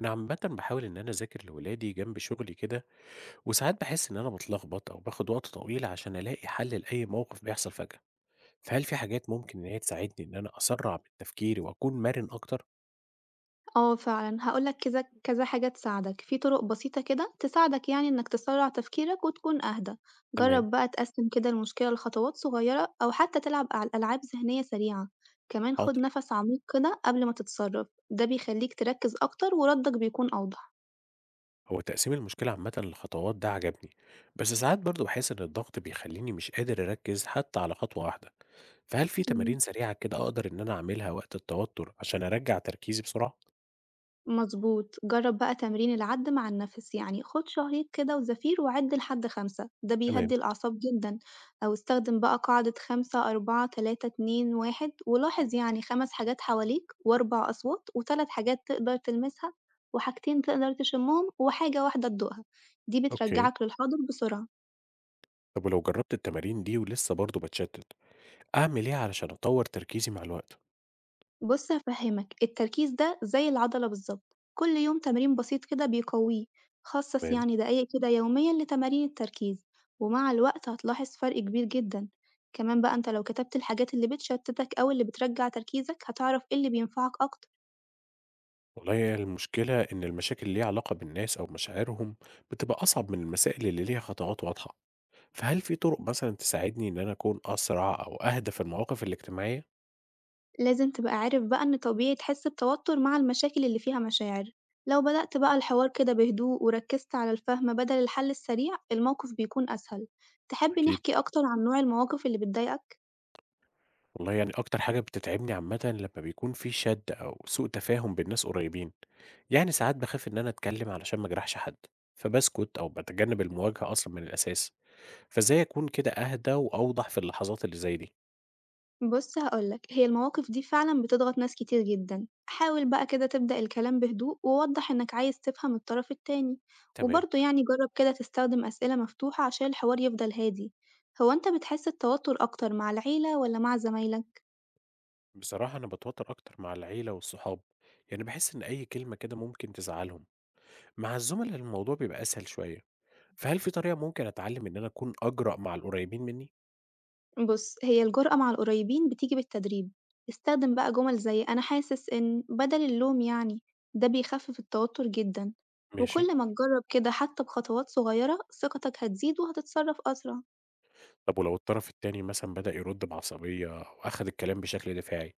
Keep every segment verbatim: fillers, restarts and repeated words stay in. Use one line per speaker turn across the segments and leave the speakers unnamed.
أنا عامةً باحاول إن أنا أذاكر لولادي جنب شغلي كده، وساعات باحس إن أنا باتلخبط أو باخد وقت طويل عشان ألاقي حل لأي موقف بيحصل فجأة، فهل في حاجات ممكن إن هي تساعدني إن أنا أسرّع بالتفكير وأكون مرن أكتر؟
آه فعلًا، هاقول لك كذا كذا حاجة تساعدك، في طرق بسيطة كده تساعدك يعني إنك تسرّع تفكيرك وتكون أهدى،
تمام.
جرّب بقى تقسّم كده المشكلة لخطوات صغيرة أو حتى تلعب أع ألعاب ذهنية سريعة، كمان خُد
حاضر.
نَفَس عميق كده قبل ما تتصرّف، ده بيخلّيك تركّز أكتر وردّك بيكون أوضح.
هو تقسيم المشكلة عامةً لخطوات ده عجبني، بس ساعات برضه باحس إن الضغط بيخليني مش قادر أركّز حتى على خطوة واحدة، فهل في
إمم.
تمارين سريعة كده أقدر إن أنا أعملها وقت التوتر عشان أرجّع تركيزي بسرعة؟
مضبوط، جرّب بقى تمرين العَد مع النَفَس، يعني خُد شهيق كده وزفير وعِد لحد خمسة، ده
تمام.
بيهدّي الأعصاب جدًا، أو استخدم بقى قاعدة خمسة، أربعة، ثلاثة، اتنين، واحد ولاحظ يعني خمس حاجات حواليك و4 أصوات و3 حاجات تقدر تلمسها وحاجتين تقدر تشمّهم وحاجة واحدة تدوقها، دي
أوكي.
بترجّعك للحاضر بسرعة.
طب ولو جرّبت التمارين دي ولسه برضه باتشتت أعمل إيه علشان أطوّر تركيزي مع الوقت؟
بُص هافهّمك، التركيز ده زي العضلة بالضبط، كل يوم تمرين بسيط كده بيقويه، خصّص
تمام.
يعني دقايق كده يوميًا لتمارين التركيز، ومع الوقت هتلاحظ فرق كبير جدًا، كمان بقى أنت لو كتبت الحاجات اللي بتشتتك أو اللي بترجّع تركيزك هتعرف إيه اللي بينفعك أكتر.
والله هي المشكلة إن المشاكل اللي ليها علاقة بالناس أو مشاعرهم بتبقى أصعب من المسائل اللي ليها خطوات واضحة، فهل في طرق مثلًا تساعدني إن أنا أكون أسرع أو أهدى في المواقف الاجتماعية؟
لازم تبقى عارف بقى إن طبيعي تحس بتوتر مع المشاكل اللي فيها مشاعر، لو بدأت بقى الحوار كده بهدوء وركزت على الفهم بدل الحل السريع الموقف بيكون أسهل، تحب
أكيد.
نحكي أكتر عن نوع المواقف اللي بتضايقك؟
والله يعني أكتر حاجة بتتعبني عامةً لما بيكون في شد أو سوء تفاهم بين ناس قريبين، يعني ساعات بخاف إن أنا أتكلم علشان ما أجرحش حد، فباسكت أو بتجنب المواجهة أصلًا من الأساس، فإزاي أكون كده أهدى وأوضح في اللحظات اللي زي دي؟
بُص هاقول لك، هي المواقف دي فعلًا بتضغط ناس كتير جدًا، حاول بقى كده تبدأ الكلام بهدوء ووضّح إنك عايز تفهم الطرف التاني،
تمام.
وبرضه يعني جرّب كده تستخدم أسئلة مفتوحة عشان الحوار يفضل هادي. هو أنت بتحس التوتر أكتر مع العيلة والّا مع زمايلك؟
بصراحة أنا باتوتر أكتر مع العيلة والصحاب، يعني بحس إن أي كلمة كده ممكن تزعلهم، مع الزملاء الموضوع بيبقى أسهل شوية، فهل في طريقة ممكن أتعلم إن أنا أكون أجرأ مع القريبين مني؟
بُص هي الجرأة مع القريبين بتيجي بالتدريب، استخدم بقى جمل زي أنا حاسس إن بدل اللوم يعني، ده بيخفف التوتر جدًا،
ماشي.
وكل ما تجرّب كده حتى بخطوات صغيرة ثقتك هتزيد وهتتصرف أسرع.
طب ولو الطرف التاني مثلا بدأ يرد بعصبية أو أخد الكلام بشكل دفاعي،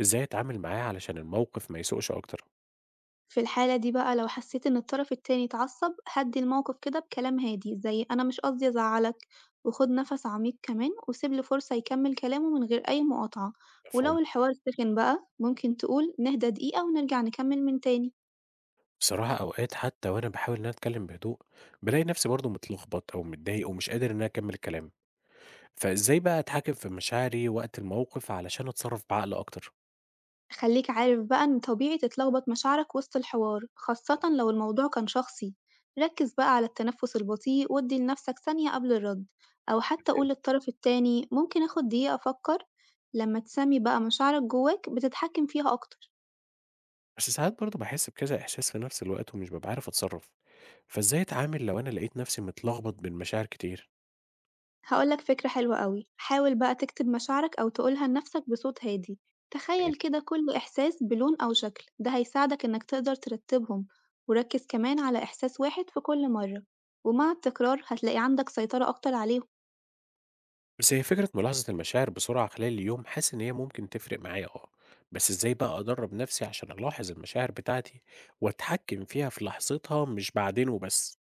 إزاي أتعامل معاه علشان الموقف ما يسوقش أكتر؟
في الحالة دي بقى لو حسيت إن الطرف التاني اتعصب، هدّي الموقف كده بكلام هادي زي "أنا مش قصدي أزعّلك"، وخُد نَفَس عميق كمان وسيب له فرصة يكمّل كلامه من غير أي مقاطعة،
مفهوم.
ولو الحوار سِخن بقى ممكن تقول نهدى دقيقة ونرجع نكمّل من تاني.
بصراحة أوقات حتى وأنا بحاول إن أنا أتكلم بهدوء بلاقي نفسي برضه متلخبط أو متضايق ومش قادر إن أنا أكمل الكلام، فإزاي بقى أتحكم في مشاعري وقت الموقف علشان أتصرف بعقل أكتر؟
خليك عارف بقى إن طبيعي تتلخبط مشاعرك وسط الحوار خاصة لو الموضوع كان شخصي، ركز بقى على التنفس البطيء وادي لنفسك ثانية قبل الرد، أو حتى قول
تمام.
للطرف التاني ممكن آخد دقيقة أفكر. لما تسمي بقى مشاعرك جواك بتتحكم فيها أكتر.
بس ساعات برضه باحس بكذا إحساس في نفس الوقت ومش بابقى عارف أتصرّف، فإزاي أتعامل لو أنا لقيت نفسي متلخبط بين مشاعر كتير؟
هاقول لك فكرة حلوة أوي، حاول بقى تكتب مشاعرك أو تقولها لنفسك بصوت هادي، تخيل
أوكي.
كده كل إحساس بلون أو شكل، ده هيساعدك إنك تقدر ترتبهم، وركز كمان على إحساس واحد في كل مرة، ومع التكرار هتلاقي عندك سيطرة أكتر عليهم.
بس هي فكرة ملاحظة المشاعر بسرعة خلال اليوم حاسس إن هي ممكن تفرق معايا آه، بس إزاي بقى أدرّب نفسي عشان ألاحظ المشاعر بتاعتي وأتحكم فيها في لحظتها مش بعدين وبس؟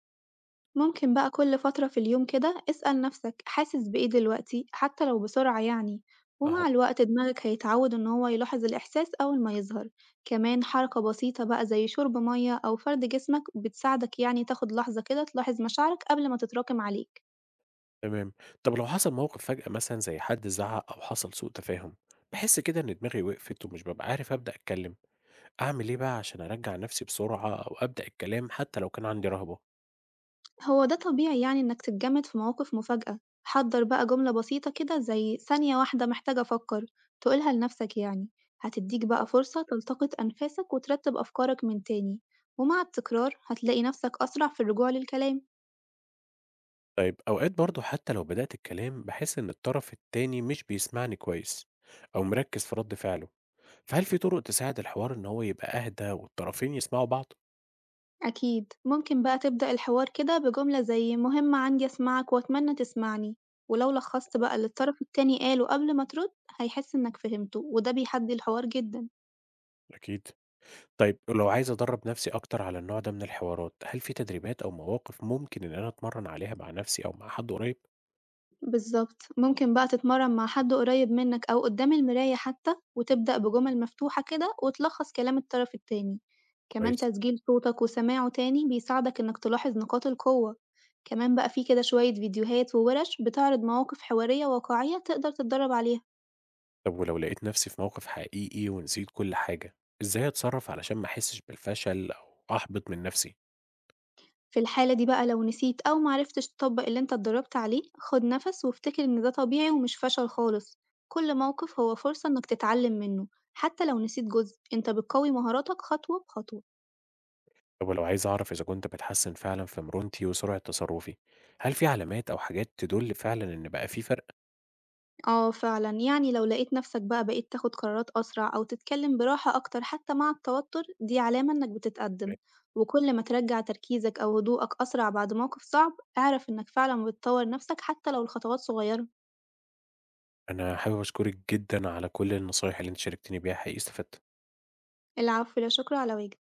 ممكن بقى كل فترة في اليوم كده اسأل نفسك حاسس بإيه دلوقتي حتى لو بسرعة يعني، ومع
أها.
الوقت دماغك هيتعود إن هو يلاحظ الإحساس أول ما يظهر. كمان حركة بسيطة بقى زي شرب مية أو فرد جسمك بتساعدك يعني تاخد لحظة كده تلاحظ مشاعرك قبل ما تتراكم عليك.
تمام. طب لو حصل موقف فجأة مثلًا زي حد زعق أو حصل سوء تفاهم، باحس كده إن دماغي وقفت ومش بابقى عارف أبدأ أتكلم، أعمل إيه بقى عشان أرجّع نفسي بسرعة أو أبدأ الكلام حتى لو كان عندي رهبة؟
هو ده طبيعي يعني إنك تتجمد في مواقف مفاجأة، حضّر بقى جملة بسيطة كده زي ثانية واحدة محتاج أفكر، تقولها لنفسك يعني، هتديك بقى فرصة تلتقط أنفاسك وترتب أفكارك من تاني، ومع التكرار هتلاقي نفسك أسرع في الرجوع للكلام.
طيب أوقات برضه حتى لو بدأت الكلام بحس إن الطرف التاني مش بيسمعني كويس أو مركز في رد فعله، فهل في طرق تساعد الحوار إن هو يبقى أهدى والطرفين يسمعوا بعض؟
أكيد ممكن بقى تبدأ الحوار كده بجملة زي مهم عندي أسمعك وأتمنى تسمعني، ولو لخصت بقى اللي الطرف التاني قاله قبل ما ترد هيحس إنك فهمته وده بيحدي الحوار جدا.
أكيد. طيب لو عايز أدرب نفسي أكتر على النوع ده من الحوارات هل في تدريبات أو مواقف ممكن إن أنا أتمرن عليها مع نفسي أو مع حد قريب؟
بالضبط، ممكن بقى تتمرّن مع حد قريب منّك أو قدّام المراية حتى، وتبدأ بجمل مفتوحة كده وتلخّص كلام الطرف التاني، كمان
كويس.
تسجيل صوتك وسماعه تاني بيساعدك إنك تلاحظ نقاط القوة، كمان بقى في كده شوية فيديوهات ووِرش بتعرض مواقف حوارية واقعية تقدر تتدرّب عليها.
طب ولو لقيت نفسي في موقف حقيقي ونسيت كل حاجة إزاي أتصرف علشان ما أحسش بالفشل أو أحبط من نفسي؟
في الحالة دي بقى لو نسيت أو معرفتش تطبّق اللي أنت اتدرّبت عليه، خُد نَفَس وافتكر إن ده طبيعي ومش فشل خالص، كل موقف هو فرصة إنك تتعلّم منه، حتى لو نسيت جزء، أنت بتقوي مهاراتك خطوة بخطوة.
طب ولو عايز أعرف إذا كنت بتحسن فعلا في مرونتي وسرعة تصرفي، هل في علامات أو حاجات تدل فعلا إن بقى في فرق؟
آه فعلًا، يعني لو لقيت نفسك بقى بقيت تاخد قرارات أسرع أو تتكلم براحة أكتر حتى مع التوتر، دي علامة إنك بتتقدم، وكل ما ترجع تركيزك أو هدوءك أسرع بعد موقف صعب، اعرف إنك فعلًا بتطور نفسك حتى لو الخطوات صغيرة.
أنا حابب أشكرك جدا على كل النصايح اللي أنت شاركتني بيها حقيقي استفدت.
العفو، لا شكر على واجب.